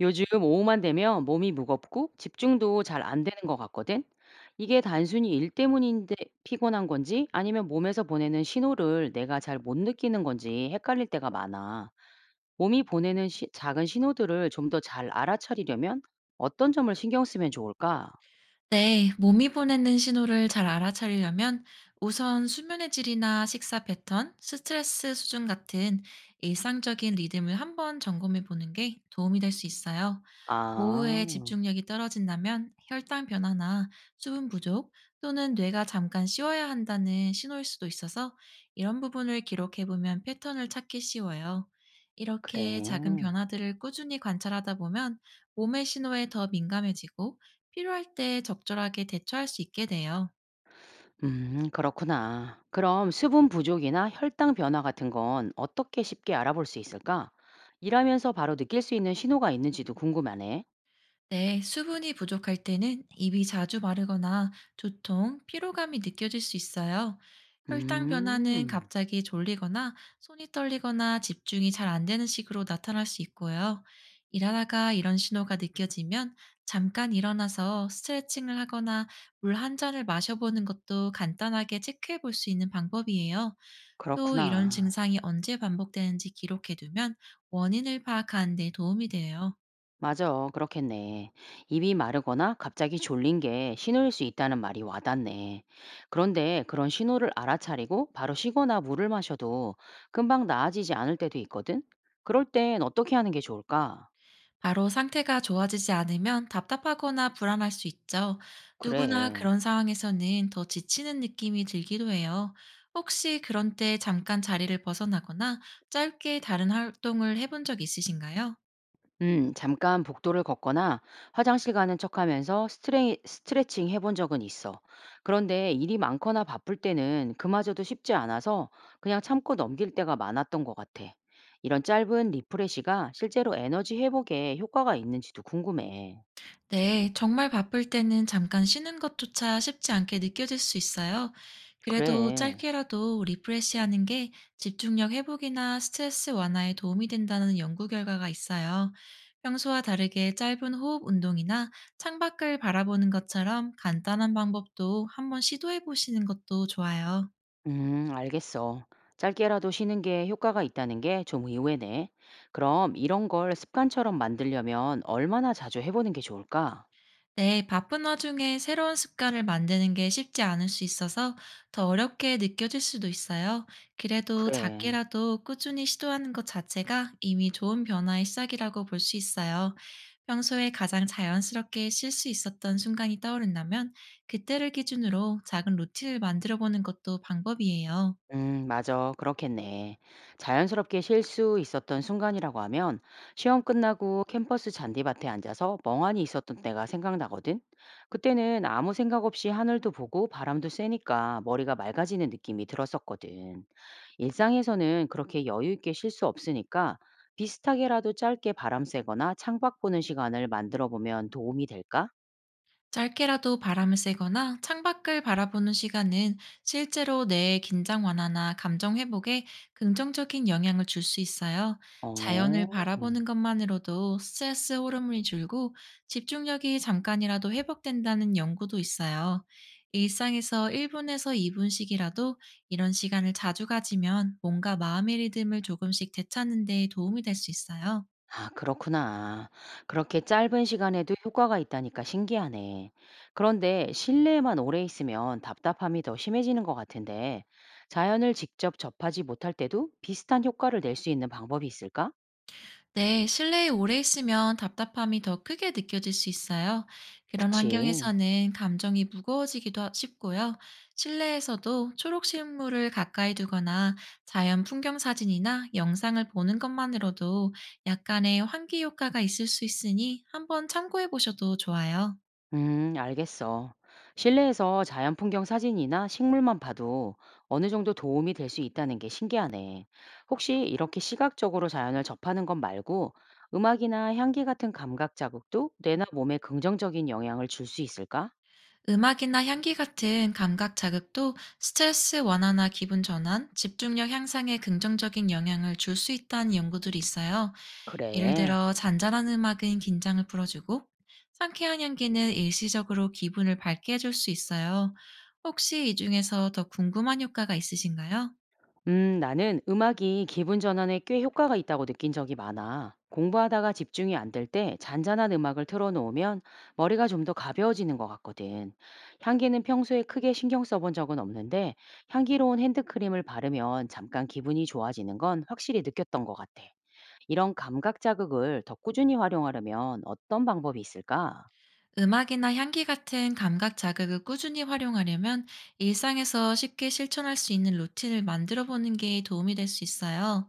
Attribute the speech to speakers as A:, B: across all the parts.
A: 요즘 오후만 되면 몸이 무겁고 집중도 잘 안 되는 것 같거든. 이게 단순히 일 때문인데 피곤한 건지 아니면 몸에서 보내는 신호를 내가 잘 못 느끼는 건지 헷갈릴 때가 많아. 몸이 보내는 작은 신호들을 좀 더 잘 알아차리려면 어떤 점을 신경 쓰면 좋을까?
B: 네, 몸이 보내는 신호를 잘 알아차리려면 우선 수면의 질이나 식사 패턴, 스트레스 수준 같은 일상적인 리듬을 한번 점검해 보는 게 도움이 될 수 있어요. 오후에
A: 아,
B: 집중력이 떨어진다면 혈당 변화나 수분 부족 또는 뇌가 잠깐 쉬어야 한다는 신호일 수도 있어서 이런 부분을 기록해보면 패턴을 찾기 쉬워요. 이렇게 작은
A: 그래.
B: 변화들을 꾸준히 관찰하다 보면 몸의 신호에 더 민감해지고 필요할 때 적절하게 대처할 수 있게 돼요.
A: 그렇구나. 그럼 수분 부족이나 혈당 변화 같은 건 어떻게 쉽게 알아볼 수 있을까? 일하면서 바로 느낄 수 있는 신호가 있는지도 궁금하네.
B: 네, 수분이 부족할 때는 입이 자주 마르거나 두통, 피로감이 느껴질 수 있어요. 혈당 변화는
A: 음,
B: 갑자기 졸리거나 손이 떨리거나 집중이 잘 안 되는 식으로 나타날 수 있고요. 일하다가 이런 신호가 느껴지면 잠깐 일어나서 스트레칭을 하거나 물 한 잔을 마셔보는 것도 간단하게 체크해 볼 수 있는 방법이에요. 또 이런
A: 그렇구나.
B: 증상이 언제 반복되는지 기록해 두면 원인을 파악하는 데 도움이 돼요.
A: 맞아, 그렇겠네. 입이 마르거나 갑자기 졸린 게 신호일 수 있다는 말이 와닿네. 그런데 그런 신호를 알아차리고 바로 쉬거나 물을 마셔도 금방 나아지지 않을 때도 있거든? 그럴 땐 어떻게 하는 게 좋을까?
B: 바로 상태가 좋아지지 않으면 답답하거나 불안할 수 있죠. 누구나
A: 그래.
B: 그런 상황에서는 더 지치는 느낌이 들기도 해요. 혹시 그런 때 잠깐 자리를 벗어나거나 짧게 다른 활동을 해본 적 있으신가요?
A: 잠깐 복도를 걷거나 화장실 가는 척하면서 스트레칭 해본 적은 있어. 그런데 일이 많거나 바쁠 때는 그마저도 쉽지 않아서 그냥 참고 넘길 때가 많았던 것 같아. 이런 짧은 리프레시가 실제로 에너지 회복에 효과가 있는지도 궁금해.
B: 네, 정말 바쁠 때는 잠깐 쉬는 것조차 쉽지 않게 느껴질 수 있어요. 그래도
A: 그래.
B: 짧게라도 리프레시하는 게 집중력 회복이나 스트레스 완화에 도움이 된다는 연구 결과가 있어요. 평소와 다르게 짧은 호흡 운동이나 창밖을 바라보는 것처럼 간단한 방법도 한번 시도해 보시는 것도 좋아요.
A: 알겠어. 짧게라도 쉬는 게 효과가 있다는 게 좀 의외네. 그럼 이런 걸 습관처럼 만들려면 얼마나 자주 해보는 게 좋을까?
B: 네, 바쁜 와중에 새로운 습관을 만드는 게 쉽지 않을 수 있어서 더 어렵게 느껴질 수도 있어요. 그래도
A: 그래.
B: 작게라도 꾸준히 시도하는 것 자체가 이미 좋은 변화의 시작이라고 볼 수 있어요. 평소에 가장 자연스럽게 쉴 수 있었던 순간이 떠오른다면 그때를 기준으로 작은 루틴을 만들어 보는 것도 방법이에요.
A: 맞아. 그렇겠네. 자연스럽게 쉴 수 있었던 순간이라고 하면 시험 끝나고 캠퍼스 잔디밭에 앉아서 멍하니 있었던 때가 생각나거든. 그때는 아무 생각 없이 하늘도 보고 바람도 쐬니까 머리가 맑아지는 느낌이 들었었거든. 일상에서는 그렇게 여유 있게 쉴 수 없으니까 비슷하게라도 짧게 바람 쐬거나 창밖 보는 시간을 만들어 보면 도움이 될까?
B: 짧게라도 바람을 쐬거나 창밖을 바라보는 시간은 실제로 뇌의 긴장 완화나 감정 회복에 긍정적인 영향을 줄 수 있어요.
A: 어.
B: 자연을 바라보는 것만으로도 스트레스 호르몬이 줄고 집중력이 잠깐이라도 회복된다는 연구도 있어요. 일상에서 1분에서 2분씩이라도 이런 시간을 자주 가지면 뭔가 마음의 리듬을 조금씩 되찾는 데 도움이 될 수 있어요.
A: 아, 그렇구나. 그렇게 짧은 시간에도 효과가 있다니까 신기하네. 그런데 실내에만 오래 있으면 답답함이 더 심해지는 것 같은데, 자연을 직접 접하지 못할 때도 비슷한 효과를 낼 수 있는 방법이 있을까?
B: 네, 실내에 오래 있으면 답답함이 더 크게 느껴질 수 있어요. 그런
A: 그치.
B: 환경에서는 감정이 무거워지기도 쉽고요. 실내에서도 초록 식물을 가까이 두거나 자연 풍경 사진이나 영상을 보는 것만으로도 약간의 환기 효과가 있을 수 있으니 한번 참고해 보셔도 좋아요.
A: 알겠어. 실내에서 자연 풍경 사진이나 식물만 봐도 어느 정도 도움이 될 수 있다는 게 신기하네. 혹시 이렇게 시각적으로 자연을 접하는 것 말고 음악이나 향기 같은 감각 자극도 뇌나 몸에 긍정적인 영향을 줄 수 있을까?
B: 음악이나 향기 같은 감각 자극도 스트레스 완화나 기분 전환, 집중력 향상에 긍정적인 영향을 줄 수 있다는 연구들이 있어요. 예를
A: 그래.
B: 들어, 잔잔한 음악은 긴장을 풀어주고, 상쾌한 향기는 일시적으로 기분을 밝게 해줄 수 있어요. 혹시 이 중에서 더 궁금한 효과가 있으신가요?
A: 나는 음악이 기분 전환에 꽤 효과가 있다고 느낀 적이 많아. 공부하다가 집중이 안 될 때 잔잔한 음악을 틀어놓으면 머리가 좀 더 가벼워지는 것 같거든. 향기는 평소에 크게 신경 써본 적은 없는데 향기로운 핸드크림을 바르면 잠깐 기분이 좋아지는 건 확실히 느꼈던 것 같아. 이런 감각 자극을 더 꾸준히 활용하려면 어떤 방법이 있을까?
B: 음악이나 향기 같은 감각 자극을 꾸준히 활용하려면 일상에서 쉽게 실천할 수 있는 루틴을 만들어 보는 게 도움이 될 수 있어요.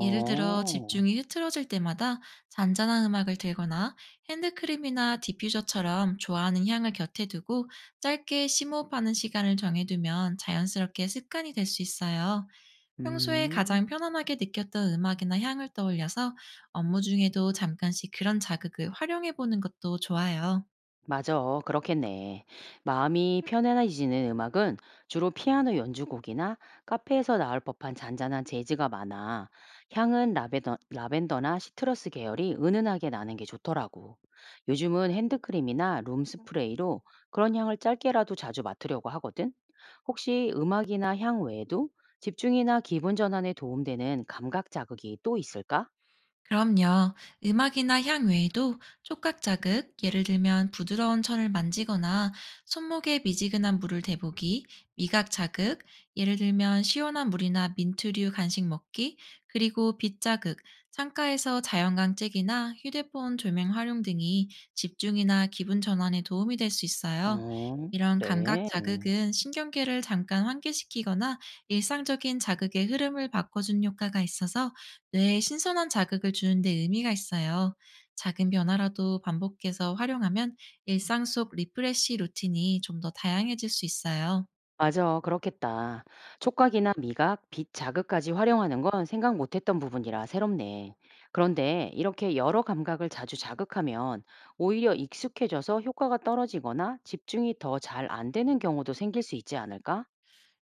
B: 예를 들어 집중이 흐트러질 때마다 잔잔한 음악을 들거나 핸드크림이나 디퓨저처럼 좋아하는 향을 곁에 두고 짧게 심호흡하는 시간을 정해두면 자연스럽게 습관이 될 수 있어요. 평소에 가장
A: 음.
B: 편안하게 느꼈던 음악이나 향을 떠올려서 업무 중에도 잠깐씩 그런 자극을 활용해보는 것도 좋아요.
A: 맞아. 그렇겠네. 마음이 편안해지는 음악은 주로 피아노 연주곡이나 카페에서 나올 법한 잔잔한 재즈가 많아. 향은 라벤더나 시트러스 계열이 은은하게 나는 게 좋더라고. 요즘은 핸드크림이나 룸스프레이로 그런 향을 짧게라도 자주 맡으려고 하거든. 혹시 음악이나 향 외에도 집중이나 기분 전환에 도움되는 감각 자극이 또 있을까?
B: 그럼요. 음악이나 향 외에도 촉각 자극, 예를 들면 부드러운 천을 만지거나 손목에 미지근한 물을 대보기, 미각 자극, 예를 들면 시원한 물이나 민트류 간식 먹기, 그리고 빛 자극, 창가에서 자연광책이나 휴대폰 조명 활용 등이 집중이나 기분 전환에 도움이 될 수 있어요.
A: 어,
B: 이런 감각
A: 그래.
B: 자극은 신경계를 잠깐 환기시키거나 일상적인 자극의 흐름을 바꿔준 효과가 있어서 뇌에 신선한 자극을 주는 데 의미가 있어요. 작은 변화라도 반복해서 활용하면 일상 속 리프레시 루틴이 좀 더 다양해질 수 있어요.
A: 맞아. 그렇겠다. 촉각이나 미각, 빛 자극까지 활용하는 건 생각 못했던 부분이라 새롭네. 그런데 이렇게 여러 감각을 자주 자극하면 오히려 익숙해져서 효과가 떨어지거나 집중이 더 잘 안 되는 경우도 생길 수 있지 않을까?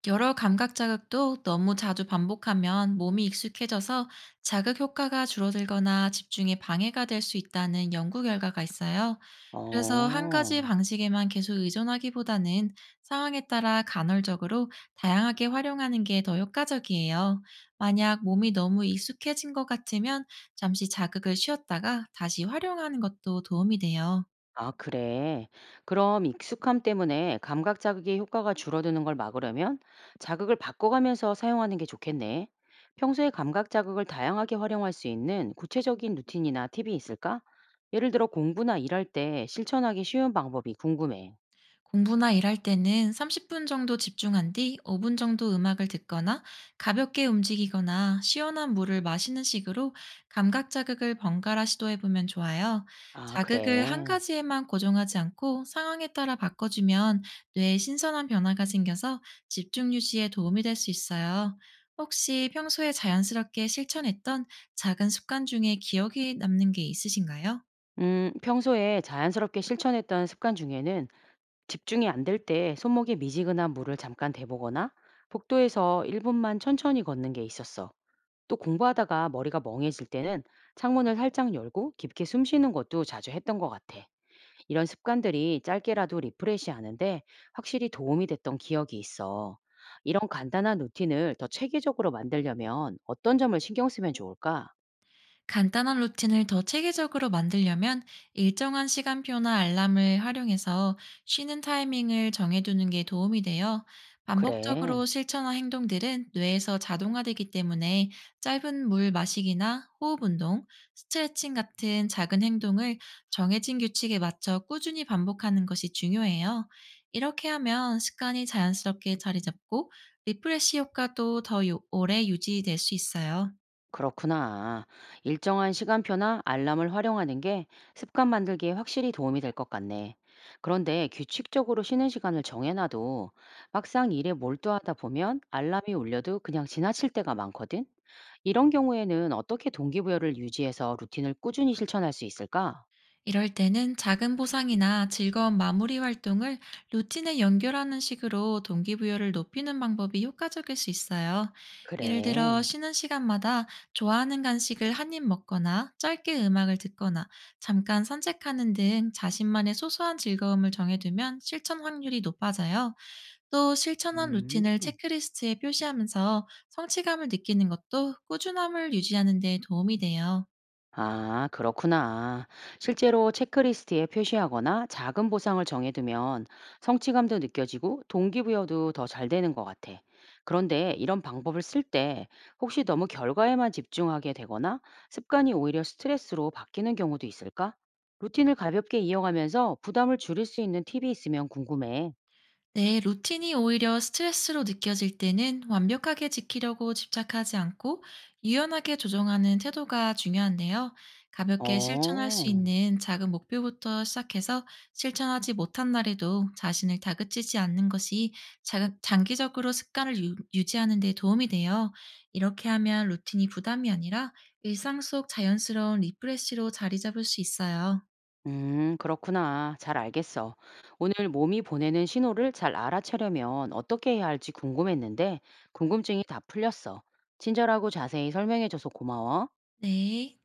B: 여러 감각 자극도 너무 자주 반복하면 몸이 익숙해져서 자극 효과가 줄어들거나 집중에 방해가 될 수 있다는 연구 결과가 있어요. 그래서 한 가지
A: 어.
B: 방식에만 계속 의존하기보다는 상황에 따라 간헐적으로 다양하게 활용하는 게 더 효과적이에요. 만약 몸이 너무 익숙해진 것 같으면 잠시 자극을 쉬었다가 다시 활용하는 것도 도움이 돼요.
A: 아, 그래. 그럼 익숙함 때문에 감각 자극의 효과가 줄어드는 걸 막으려면 자극을 바꿔가면서 사용하는 게 좋겠네. 평소에 감각 자극을 다양하게 활용할 수 있는 구체적인 루틴이나 팁이 있을까? 예를 들어 공부나 일할 때 실천하기 쉬운 방법이 궁금해.
B: 공부나 일할 때는 30분 정도 집중한 뒤 5분 정도 음악을 듣거나 가볍게 움직이거나 시원한 물을 마시는 식으로 감각 자극을 번갈아 시도해 보면 좋아요.
A: 아,
B: 자극을 한
A: 그래.
B: 가지에만 고정하지 않고 상황에 따라 바꿔주면 뇌에 신선한 변화가 생겨서 집중 유지에 도움이 될 수 있어요. 혹시 평소에 자연스럽게 실천했던 작은 습관 중에 기억이 남는 게 있으신가요?
A: 평소에 자연스럽게 실천했던 습관 중에는 집중이 안 될 때 손목에 미지근한 물을 잠깐 대보거나 복도에서 1분만 천천히 걷는 게 있었어. 또 공부하다가 머리가 멍해질 때는 창문을 살짝 열고 깊게 숨 쉬는 것도 자주 했던 것 같아. 이런 습관들이 짧게라도 리프레시 하는데 확실히 도움이 됐던 기억이 있어. 이런 간단한 루틴을 더 체계적으로 만들려면 어떤 점을 신경 쓰면 좋을까?
B: 간단한 루틴을 더 체계적으로 만들려면 일정한 시간표나 알람을 활용해서 쉬는 타이밍을 정해두는 게 도움이 돼요.
A: 그래.
B: 반복적으로 실천한 행동들은 뇌에서 자동화되기 때문에 짧은 물 마시기나 호흡 운동, 스트레칭 같은 작은 행동을 정해진 규칙에 맞춰 꾸준히 반복하는 것이 중요해요. 이렇게 하면 습관이 자연스럽게 자리 잡고 리프레시 효과도 더 오래 유지될 수 있어요.
A: 그렇구나. 일정한 시간표나 알람을 활용하는 게 습관 만들기에 확실히 도움이 될 것 같네. 그런데 규칙적으로 쉬는 시간을 정해놔도 막상 일에 몰두하다 보면 알람이 울려도 그냥 지나칠 때가 많거든? 이런 경우에는 어떻게 동기부여를 유지해서 루틴을 꾸준히 실천할 수 있을까?
B: 이럴 때는 작은 보상이나 즐거운 마무리 활동을 루틴에 연결하는 식으로 동기부여를 높이는 방법이 효과적일 수 있어요. 예를 들어
A: 그래.
B: 쉬는 시간마다 좋아하는 간식을 한 입 먹거나 짧게 음악을 듣거나 잠깐 산책하는 등 자신만의 소소한 즐거움을 정해두면 실천 확률이 높아져요. 또 실천한 루틴을
A: 음.
B: 체크리스트에 표시하면서 성취감을 느끼는 것도 꾸준함을 유지하는 데 도움이 돼요.
A: 아, 그렇구나. 실제로 체크리스트에 표시하거나 작은 보상을 정해두면 성취감도 느껴지고 동기부여도 더 잘 되는 것 같아. 그런데 이런 방법을 쓸 때 혹시 너무 결과에만 집중하게 되거나 습관이 오히려 스트레스로 바뀌는 경우도 있을까? 루틴을 가볍게 이어가면서 부담을 줄일 수 있는 팁이 있으면 궁금해.
B: 네, 루틴이 오히려 스트레스로 느껴질 때는 완벽하게 지키려고 집착하지 않고 유연하게 조정하는 태도가 중요한데요. 가볍게 실천할 수
A: 어.
B: 있는 작은 목표부터 시작해서 실천하지 못한 날에도 자신을 다그치지 않는 것이 장기적으로 습관을 유지하는 데 도움이 돼요. 이렇게 하면 루틴이 부담이 아니라 일상 속 자연스러운 리프레시로 자리 잡을 수 있어요.
A: 그렇구나. 잘 알겠어. 오늘 몸이 보내는 신호를 잘 알아채려면 어떻게 해야 할지 궁금했는데, 궁금증이 다 풀렸어. 친절하고 자세히 설명해줘서 고마워.
B: 네.